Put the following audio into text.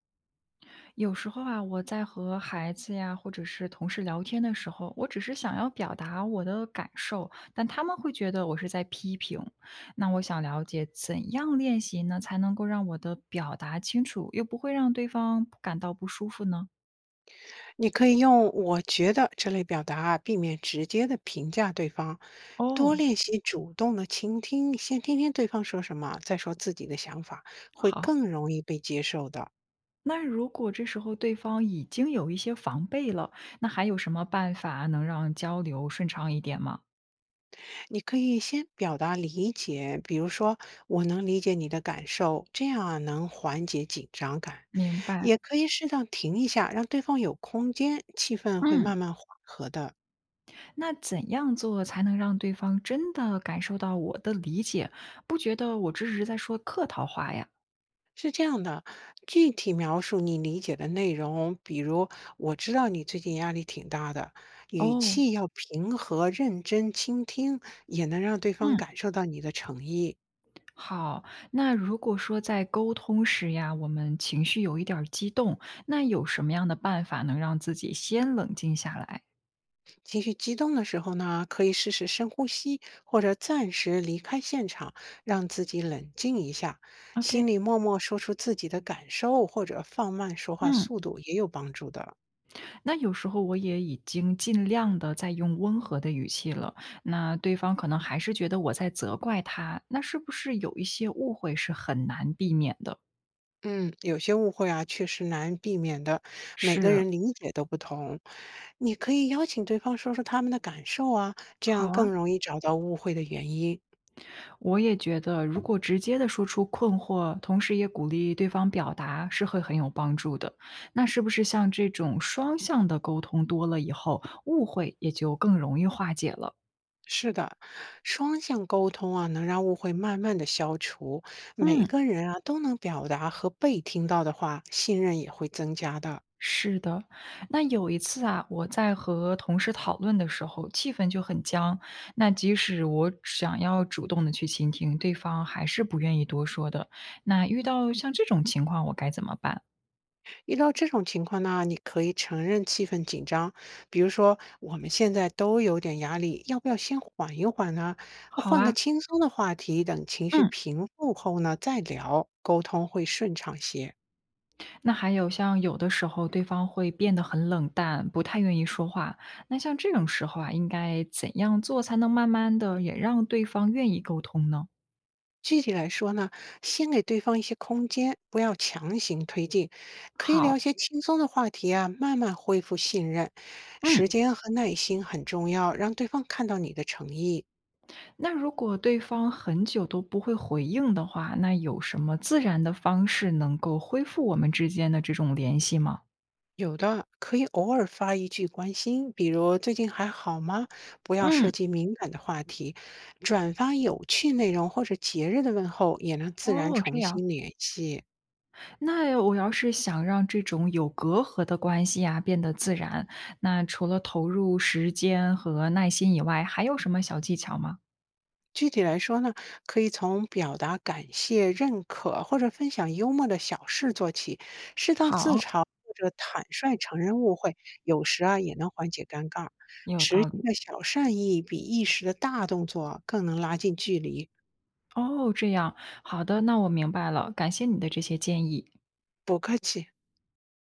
有时候啊，我在和孩子呀，或者是同事聊天的时候，我只是想要表达我的感受，但他们会觉得我是在批评。那我想了解怎样练习呢，才能够让我的表达清楚，又不会让对方感到不舒服呢？你可以用“我觉得”这类表达啊避免直接的评价对方，多哦，练习主动的倾听，先听听对方说什么，再说自己的想法，会好。更容易被接受的。那如果这时候对方已经有一些防备了，那还有什么办法能让交流顺畅一点吗？你可以先表达理解，比如说“我能理解你的感受”，这样啊能缓解紧张感。明白。也可以适当停一下，让对方有空间，气氛会嗯。慢慢缓和的。那怎样做才能让对方真的感受到我的理解，不觉得我这是在说客套话呀？是这样的，具体描述你理解的内容，比如我知道你最近压力挺大的，语哦，气要平和、认真倾听，也能让对方嗯，感受到你的诚意。好。那如果说在沟通时呀，我们情绪有一点儿激动，那有什么样的办法能让自己先冷静下来情绪激动的时候呢，可以试试深呼吸，或者暂时离开现场，让自己冷静一下，心？OK，里默默说出自己的感受，或者放慢说话嗯，速度也有帮助的。那有时候我也已经尽量的在用温和的语气了，那对方可能还是觉得我在责怪他，那是不是有一些误会是很难避免的？嗯，有些误会啊，确实难避免的，每个是，人理解都不同。你可以邀请对方说说他们的感受啊，这样好啊。更容易找到误会的原因。我也觉得，如果直接的说出困惑，同时也鼓励对方表达，是会很有帮助的。那是不是像这种双向的沟通多了以后，误会也就更容易化解了？是的，双向沟通啊，能让误会慢慢的消除，每嗯，个人啊都能表达和被听到的话，信任也会增加的。是的，那有一次啊，我在和同事讨论的时候，气氛就很僵。那即使我想要主动的去倾听，对方还是不愿意多说的。那遇到像这种情况，我该怎么办？遇到这种情况呢，你可以承认气氛紧张，比如说我们现在都有点压力，要不要先缓一缓呢？好换个啊，轻松的话题，等情绪嗯。平复后呢再聊，沟通会顺畅些。那还有像有的时候对方会变得很冷淡，不太愿意说话，那像这种时候啊，应该怎样做才能慢慢的也让对方愿意沟通呢？具体来说呢，先给对方一些空间，不要强行推进，可以聊好，一些轻松的话题啊，慢慢恢复信任。时嗯，间和耐心很重要，让对方看到你的诚意。那如果对方很久都不会回应的话，那有什么自然的方式能够恢复我们之间的这种联系吗？有的可以偶尔发一句关心，比如“最近还好吗”，不要涉嗯，及敏感的话题，转发有趣内容或者节日的问候，也能自然哦，这重样。新联系。那我要是想让这种有隔阂的关系啊变得自然，那除了投入时间和耐心以外，还有什么小技巧吗？具体来说呢，可以从表达感谢、认可或者分享幽默的小事做起，适当自好，嘲或者坦率承认误会，有时啊也能缓解尴尬。有持续道理。的小善意比一时的大动作更能拉近距离。哦，这样，好的，那我明白了，感谢你的这些建议。不客气。